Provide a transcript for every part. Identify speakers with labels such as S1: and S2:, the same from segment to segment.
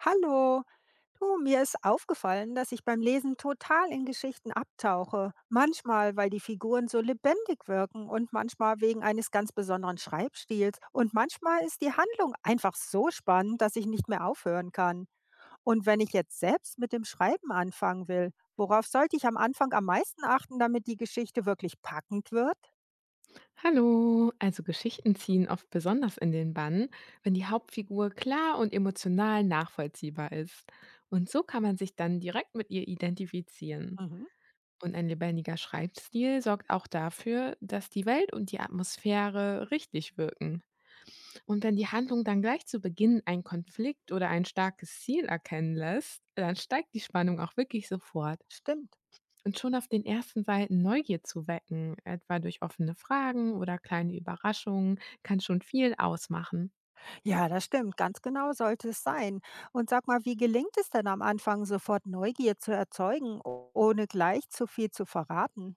S1: Hallo, du, mir ist aufgefallen, dass ich beim Lesen total in Geschichten abtauche. Manchmal, weil die Figuren so lebendig wirken und manchmal wegen eines ganz besonderen Schreibstils. Und manchmal ist die Handlung einfach so spannend, dass ich nicht mehr aufhören kann. Und wenn ich jetzt selbst mit dem Schreiben anfangen will, worauf sollte ich am Anfang am meisten achten, damit die Geschichte wirklich packend wird?
S2: Hallo, also Geschichten ziehen oft besonders in den Bann, wenn die Hauptfigur klar und emotional nachvollziehbar ist. Und so kann man sich dann direkt mit ihr identifizieren.
S1: Mhm,
S2: Und ein lebendiger Schreibstil sorgt auch dafür, dass die Welt und die Atmosphäre richtig wirken. Und wenn die Handlung dann gleich zu Beginn einen Konflikt oder ein starkes Ziel erkennen lässt, dann steigt die Spannung auch wirklich sofort.
S1: stimmt.
S2: Und schon auf den ersten Seiten Neugier zu wecken, etwa durch offene Fragen oder kleine Überraschungen, kann schon viel ausmachen.
S1: Ja, das stimmt. Ganz genau sollte es sein. Und sag mal, wie gelingt es denn am Anfang, sofort Neugier zu erzeugen, ohne gleich zu viel zu verraten?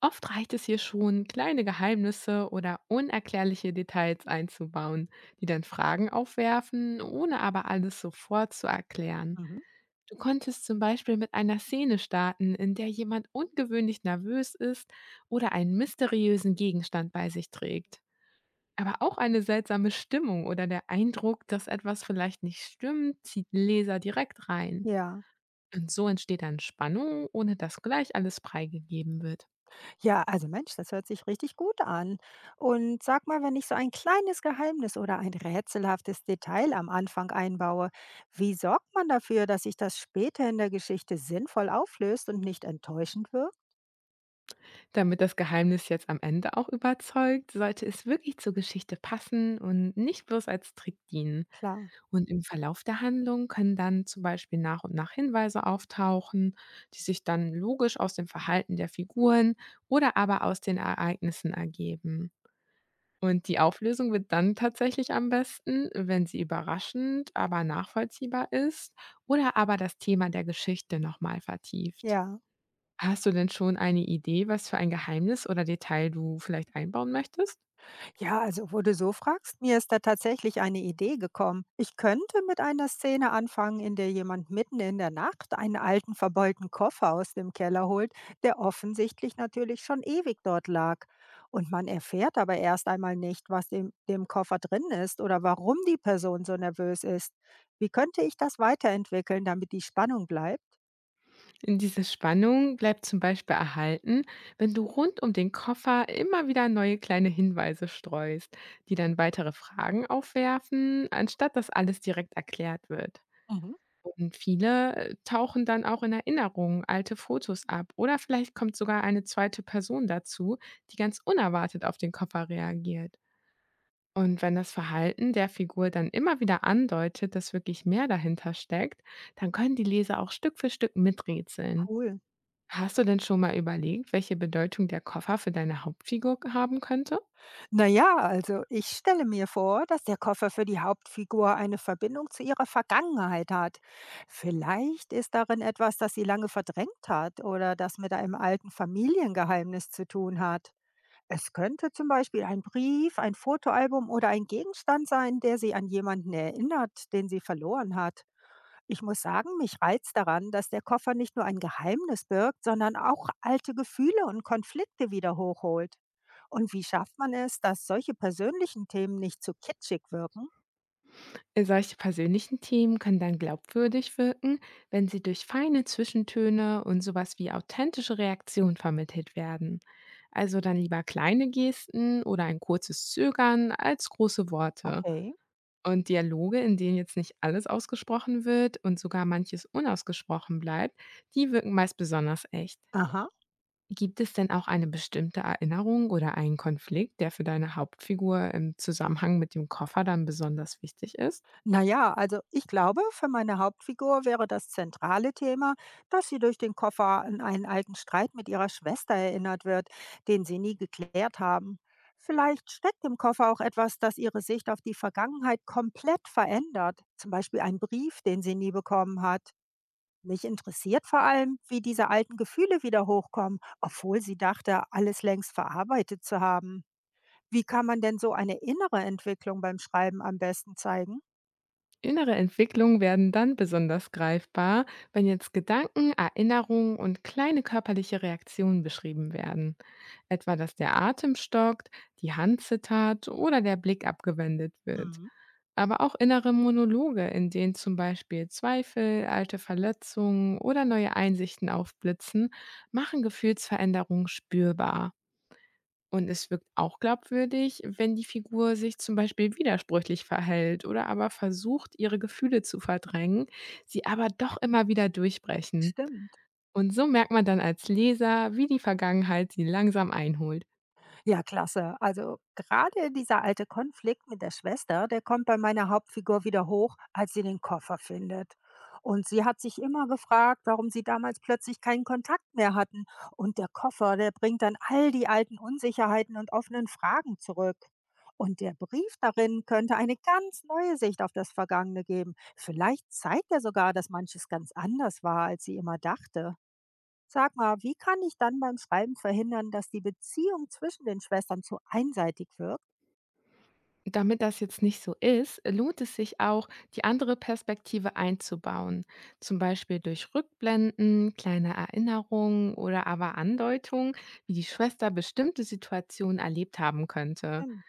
S2: Oft reicht es hier schon, kleine Geheimnisse oder unerklärliche Details einzubauen, die dann Fragen aufwerfen, ohne aber alles sofort zu erklären.
S1: Mhm.
S2: Du konntest zum Beispiel mit einer Szene starten, in der jemand ungewöhnlich nervös ist oder einen mysteriösen Gegenstand bei sich trägt. Aber auch eine seltsame Stimmung oder der Eindruck, dass etwas vielleicht nicht stimmt, zieht Leser direkt rein.
S1: Ja,
S2: Und so entsteht dann Spannung, ohne dass gleich alles preigegeben wird.
S1: ja, also Mensch, das hört sich richtig gut an. Und sag mal, wenn ich so ein kleines Geheimnis oder ein rätselhaftes Detail am Anfang einbaue, wie sorgt man dafür, dass sich das später in der Geschichte sinnvoll auflöst und nicht enttäuschend wirkt?
S2: Damit das Geheimnis jetzt am Ende auch überzeugt, sollte es wirklich zur Geschichte passen und nicht bloß als Trick dienen.
S1: Klar,
S2: Und im Verlauf der Handlung können dann zum Beispiel nach und nach Hinweise auftauchen, die sich dann logisch aus dem Verhalten der Figuren oder aber aus den Ereignissen ergeben. Und die Auflösung wird dann tatsächlich am besten, wenn sie überraschend, aber nachvollziehbar ist oder aber das Thema der Geschichte nochmal vertieft.
S1: ja.
S2: Hast du denn schon eine Idee, was für ein Geheimnis oder Detail du vielleicht einbauen möchtest?
S1: Ja, also wo du so fragst, mir ist da tatsächlich eine Idee gekommen. Ich könnte mit einer Szene anfangen, in der jemand mitten in der Nacht einen alten verbeulten Koffer aus dem Keller holt, der offensichtlich natürlich schon ewig dort lag. Und man erfährt aber erst einmal nicht, was in dem Koffer drin ist oder warum die Person so nervös ist. Wie könnte ich das weiterentwickeln, damit die Spannung bleibt?
S2: In diese Spannung bleibt zum Beispiel erhalten, wenn du rund um den Koffer immer wieder neue kleine Hinweise streust, die dann weitere Fragen aufwerfen, anstatt dass alles direkt erklärt wird.
S1: Mhm.
S2: Und viele tauchen dann auch in Erinnerungen alte Fotos ab oder vielleicht kommt sogar eine zweite Person dazu, die ganz unerwartet auf den Koffer reagiert. Und wenn das Verhalten der Figur dann immer wieder andeutet, dass wirklich mehr dahinter steckt, dann können die Leser auch Stück für Stück miträtseln.
S1: Cool.
S2: Hast du denn schon mal überlegt, welche Bedeutung der Koffer für deine Hauptfigur haben könnte?
S1: Na ja, also ich stelle mir vor, dass der Koffer für die Hauptfigur eine Verbindung zu ihrer Vergangenheit hat. Vielleicht ist darin etwas, das sie lange verdrängt hat oder das mit einem alten Familiengeheimnis zu tun hat. Es könnte zum Beispiel ein Brief, ein Fotoalbum oder ein Gegenstand sein, der sie an jemanden erinnert, den sie verloren hat. Ich muss sagen, mich reizt daran, dass der Koffer nicht nur ein Geheimnis birgt, sondern auch alte Gefühle und Konflikte wieder hochholt. Und wie schafft man es, dass solche persönlichen Themen nicht zu kitschig wirken?
S2: Solche persönlichen Themen können dann glaubwürdig wirken, wenn sie durch feine Zwischentöne und sowas wie authentische Reaktionen vermittelt werden. Also dann lieber kleine Gesten oder ein kurzes Zögern als große Worte.
S1: Okay.
S2: Und Dialoge, in denen jetzt nicht alles ausgesprochen wird und sogar manches unausgesprochen bleibt, die wirken meist besonders echt.
S1: Aha.
S2: Gibt es denn auch eine bestimmte Erinnerung oder einen Konflikt, der für deine Hauptfigur im Zusammenhang mit dem Koffer dann besonders wichtig ist?
S1: Naja, also ich glaube, für meine Hauptfigur wäre das zentrale Thema, dass sie durch den Koffer an einen alten Streit mit ihrer Schwester erinnert wird, den sie nie geklärt haben. Vielleicht steckt im Koffer auch etwas, das ihre Sicht auf die Vergangenheit komplett verändert, zum Beispiel ein Brief, den sie nie bekommen hat. Mich interessiert vor allem, wie diese alten Gefühle wieder hochkommen, obwohl sie dachte, alles längst verarbeitet zu haben. Wie kann man denn so eine innere Entwicklung beim Schreiben am besten zeigen?
S2: Innere Entwicklungen werden dann besonders greifbar, wenn jetzt Gedanken, Erinnerungen und kleine körperliche Reaktionen beschrieben werden. Etwa, dass der Atem stockt, die Hand zittert oder der Blick abgewendet wird.
S1: Mhm.
S2: Aber auch innere Monologe, in denen zum Beispiel Zweifel, alte Verletzungen oder neue Einsichten aufblitzen, machen Gefühlsveränderungen spürbar. Und es wirkt auch glaubwürdig, wenn die Figur sich zum Beispiel widersprüchlich verhält oder aber versucht, ihre Gefühle zu verdrängen, sie aber doch immer wieder durchbrechen.
S1: Stimmt.
S2: Und so merkt man dann als Leser, wie die Vergangenheit sie langsam einholt.
S1: Ja, klasse. Also gerade dieser alte Konflikt mit der Schwester, der kommt bei meiner Hauptfigur wieder hoch, als sie den Koffer findet. Und sie hat sich immer gefragt, warum sie damals plötzlich keinen Kontakt mehr hatten. Und der Koffer, der bringt dann all die alten Unsicherheiten und offenen Fragen zurück. Und der Brief darin könnte eine ganz neue Sicht auf das Vergangene geben. Vielleicht zeigt er sogar, dass manches ganz anders war, als sie immer dachte. Sag mal, wie kann ich dann beim Schreiben verhindern, dass die Beziehung zwischen den Schwestern zu einseitig wirkt?
S2: Damit das jetzt nicht so ist, lohnt es sich auch, die andere Perspektive einzubauen, zum Beispiel durch Rückblenden, kleine Erinnerungen oder aber Andeutungen, wie die Schwester bestimmte Situationen erlebt haben könnte.
S1: Stimmt.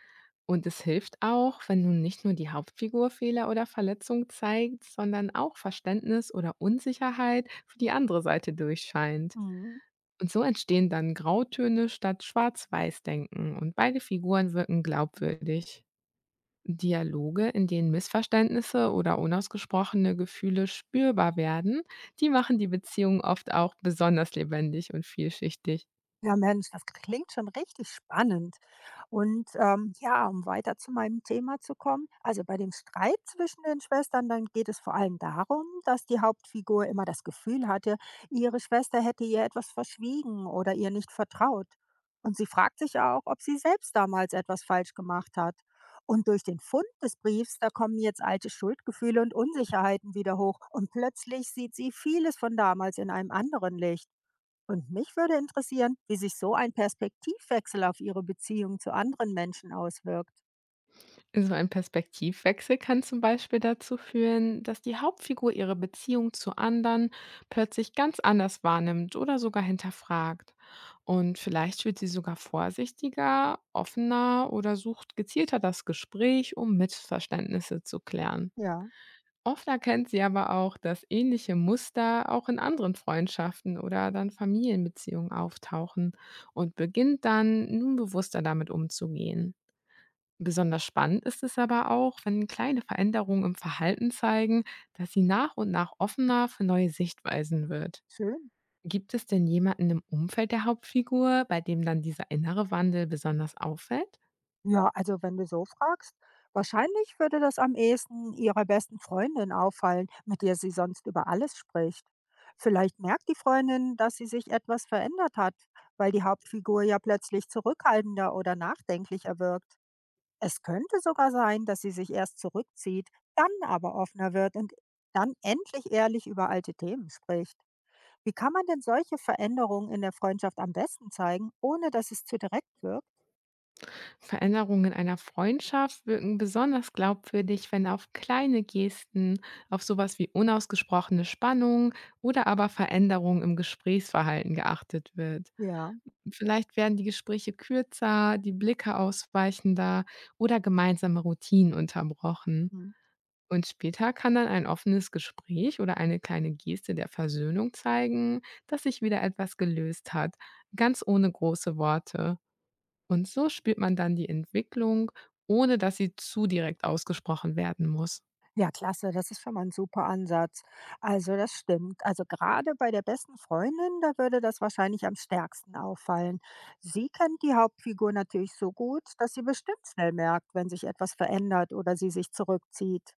S2: Und es hilft auch, wenn nun nicht nur die Hauptfigur Fehler oder Verletzung zeigt, sondern auch Verständnis oder Unsicherheit für die andere Seite durchscheint.
S1: Mhm.
S2: Und so entstehen dann Grautöne statt Schwarz-Weiß-Denken und beide Figuren wirken glaubwürdig. Dialoge, in denen Missverständnisse oder unausgesprochene Gefühle spürbar werden, die machen die Beziehung oft auch besonders lebendig und vielschichtig.
S1: Ja, Mensch, das klingt schon richtig spannend. Und ja, um weiter zu meinem Thema zu kommen, also bei dem Streit zwischen den Schwestern, dann geht es vor allem darum, dass die Hauptfigur immer das Gefühl hatte, ihre Schwester hätte ihr etwas verschwiegen oder ihr nicht vertraut. Und sie fragt sich auch, ob sie selbst damals etwas falsch gemacht hat. Und durch den Fund des Briefs, da kommen jetzt alte Schuldgefühle und Unsicherheiten wieder hoch. Und plötzlich sieht sie vieles von damals in einem anderen Licht. Und mich würde interessieren, wie sich so ein Perspektivwechsel auf Ihre Beziehung zu anderen Menschen auswirkt.
S2: So ein Perspektivwechsel kann zum Beispiel dazu führen, dass die Hauptfigur ihre Beziehung zu anderen plötzlich ganz anders wahrnimmt oder sogar hinterfragt. Und vielleicht wird sie sogar vorsichtiger, offener oder sucht gezielter das Gespräch, um Missverständnisse zu klären.
S1: Ja,
S2: Oft erkennt sie aber auch, dass ähnliche Muster auch in anderen Freundschaften oder dann Familienbeziehungen auftauchen und beginnt dann nun bewusster damit umzugehen. Besonders spannend ist es aber auch, wenn kleine Veränderungen im Verhalten zeigen, dass sie nach und nach offener für neue Sichtweisen wird.
S1: schön.
S2: Gibt es denn jemanden im Umfeld der Hauptfigur, bei dem dann dieser innere Wandel besonders auffällt?
S1: Ja, also wenn du so fragst, wahrscheinlich würde das am ehesten ihrer besten Freundin auffallen, mit der sie sonst über alles spricht. Vielleicht merkt die Freundin, dass sie sich etwas verändert hat, weil die Hauptfigur ja plötzlich zurückhaltender oder nachdenklicher wirkt. Es könnte sogar sein, dass sie sich erst zurückzieht, dann aber offener wird und dann endlich ehrlich über alte Themen spricht. Wie kann man denn solche Veränderungen in der Freundschaft am besten zeigen, ohne dass es zu direkt wirkt?
S2: Veränderungen in einer Freundschaft wirken besonders glaubwürdig, wenn auf kleine Gesten, auf sowas wie unausgesprochene Spannung oder aber Veränderungen im Gesprächsverhalten geachtet wird.
S1: Ja,
S2: Vielleicht werden die Gespräche kürzer, die Blicke ausweichender oder gemeinsame Routinen unterbrochen.
S1: mhm.
S2: Und später kann dann ein offenes Gespräch oder eine kleine Geste der Versöhnung zeigen, dass sich wieder etwas gelöst hat, ganz ohne große Worte. Und so spürt man dann die Entwicklung, ohne dass sie zu direkt ausgesprochen werden muss.
S1: Ja, klasse, das ist schon mal ein super Ansatz. Also, das stimmt. Also, gerade bei der besten Freundin, da würde das wahrscheinlich am stärksten auffallen. Sie kennt die Hauptfigur natürlich so gut, dass sie bestimmt schnell merkt, wenn sich etwas verändert oder sie sich zurückzieht.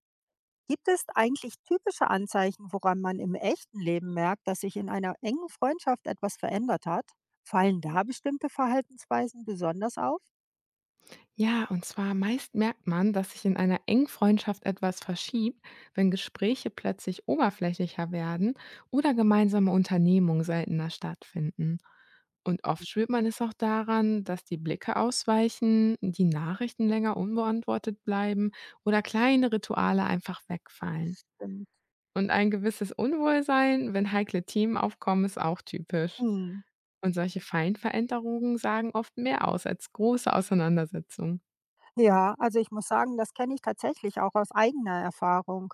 S1: Gibt es eigentlich typische Anzeichen, woran man im echten Leben merkt, dass sich in einer engen Freundschaft etwas verändert hat? Fallen da bestimmte Verhaltensweisen besonders auf?
S2: Ja, und zwar meist merkt man, dass sich in einer engen Freundschaft etwas verschiebt, wenn Gespräche plötzlich oberflächlicher werden oder gemeinsame Unternehmungen seltener stattfinden. Und oft spürt man es auch daran, dass die Blicke ausweichen, die Nachrichten länger unbeantwortet bleiben oder kleine Rituale einfach wegfallen.
S1: Stimmt.
S2: Und ein gewisses Unwohlsein, wenn heikle Themen aufkommen, ist auch typisch.
S1: Hm.
S2: Und solche Feinveränderungen sagen oft mehr aus als große Auseinandersetzungen.
S1: Ja, also ich muss sagen, das kenne ich tatsächlich auch aus eigener Erfahrung.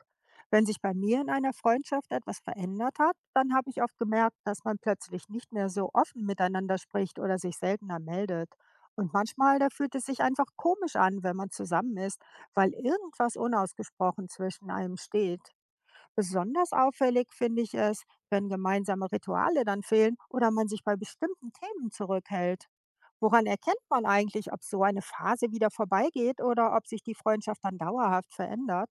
S1: Wenn sich bei mir in einer Freundschaft etwas verändert hat, dann habe ich oft gemerkt, dass man plötzlich nicht mehr so offen miteinander spricht oder sich seltener meldet. Und manchmal, da fühlt es sich einfach komisch an, wenn man zusammen ist, weil irgendwas unausgesprochen zwischen einem steht. Besonders auffällig finde ich es, wenn gemeinsame Rituale dann fehlen oder man sich bei bestimmten Themen zurückhält. Woran erkennt man eigentlich, ob so eine Phase wieder vorbeigeht oder ob sich die Freundschaft dann dauerhaft verändert?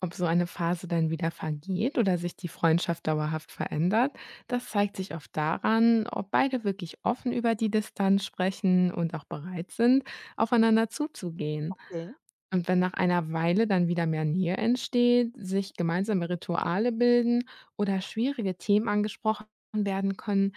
S2: Ob so eine Phase dann wieder vergeht oder sich die Freundschaft dauerhaft verändert, das zeigt sich oft daran, ob beide wirklich offen über die Distanz sprechen und auch bereit sind, aufeinander zuzugehen.
S1: Okay.
S2: Und wenn nach einer Weile dann wieder mehr Nähe entsteht, sich gemeinsame Rituale bilden oder schwierige Themen angesprochen werden können,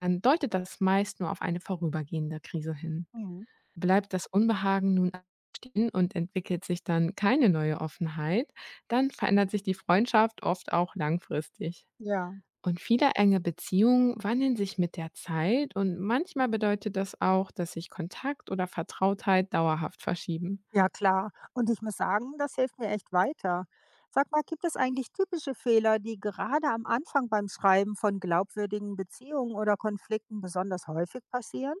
S2: dann deutet das meist nur auf eine vorübergehende Krise hin.
S1: Mhm.
S2: Bleibt das Unbehagen nun stehen und entwickelt sich dann keine neue Offenheit, dann verändert sich die Freundschaft oft auch langfristig.
S1: Ja.
S2: Und viele enge Beziehungen wandeln sich mit der Zeit und manchmal bedeutet das auch, dass sich Kontakt oder Vertrautheit dauerhaft verschieben.
S1: Ja, klar. Und ich muss sagen, das hilft mir echt weiter. Sag mal, gibt es eigentlich typische Fehler, die gerade am Anfang beim Schreiben von glaubwürdigen Beziehungen oder Konflikten besonders häufig passieren?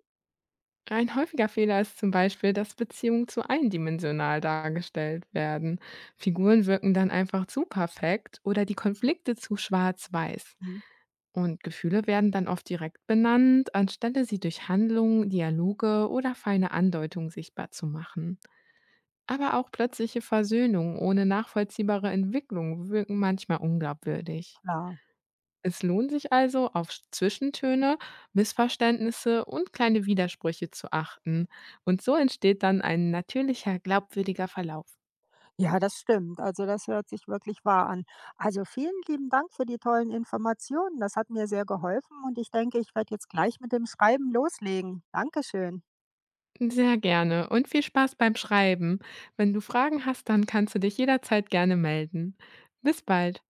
S2: Ein häufiger Fehler ist zum Beispiel, dass Beziehungen zu eindimensional dargestellt werden. Figuren wirken dann einfach zu perfekt oder die Konflikte zu schwarz-weiß.
S1: Mhm.
S2: Und Gefühle werden dann oft direkt benannt, anstelle sie durch Handlungen, Dialoge oder feine Andeutungen sichtbar zu machen. Aber auch plötzliche Versöhnungen ohne nachvollziehbare Entwicklung wirken manchmal unglaubwürdig.
S1: Klar.
S2: Es lohnt sich also, auf Zwischentöne, Missverständnisse und kleine Widersprüche zu achten. Und so entsteht dann ein natürlicher, glaubwürdiger Verlauf.
S1: Ja, das stimmt. Also das hört sich wirklich wahr an. Also vielen lieben Dank für die tollen Informationen. Das hat mir sehr geholfen und ich denke, ich werde jetzt gleich mit dem Schreiben loslegen. Dankeschön.
S2: Sehr gerne und viel Spaß beim Schreiben. Wenn du Fragen hast, dann kannst du dich jederzeit gerne melden. Bis bald.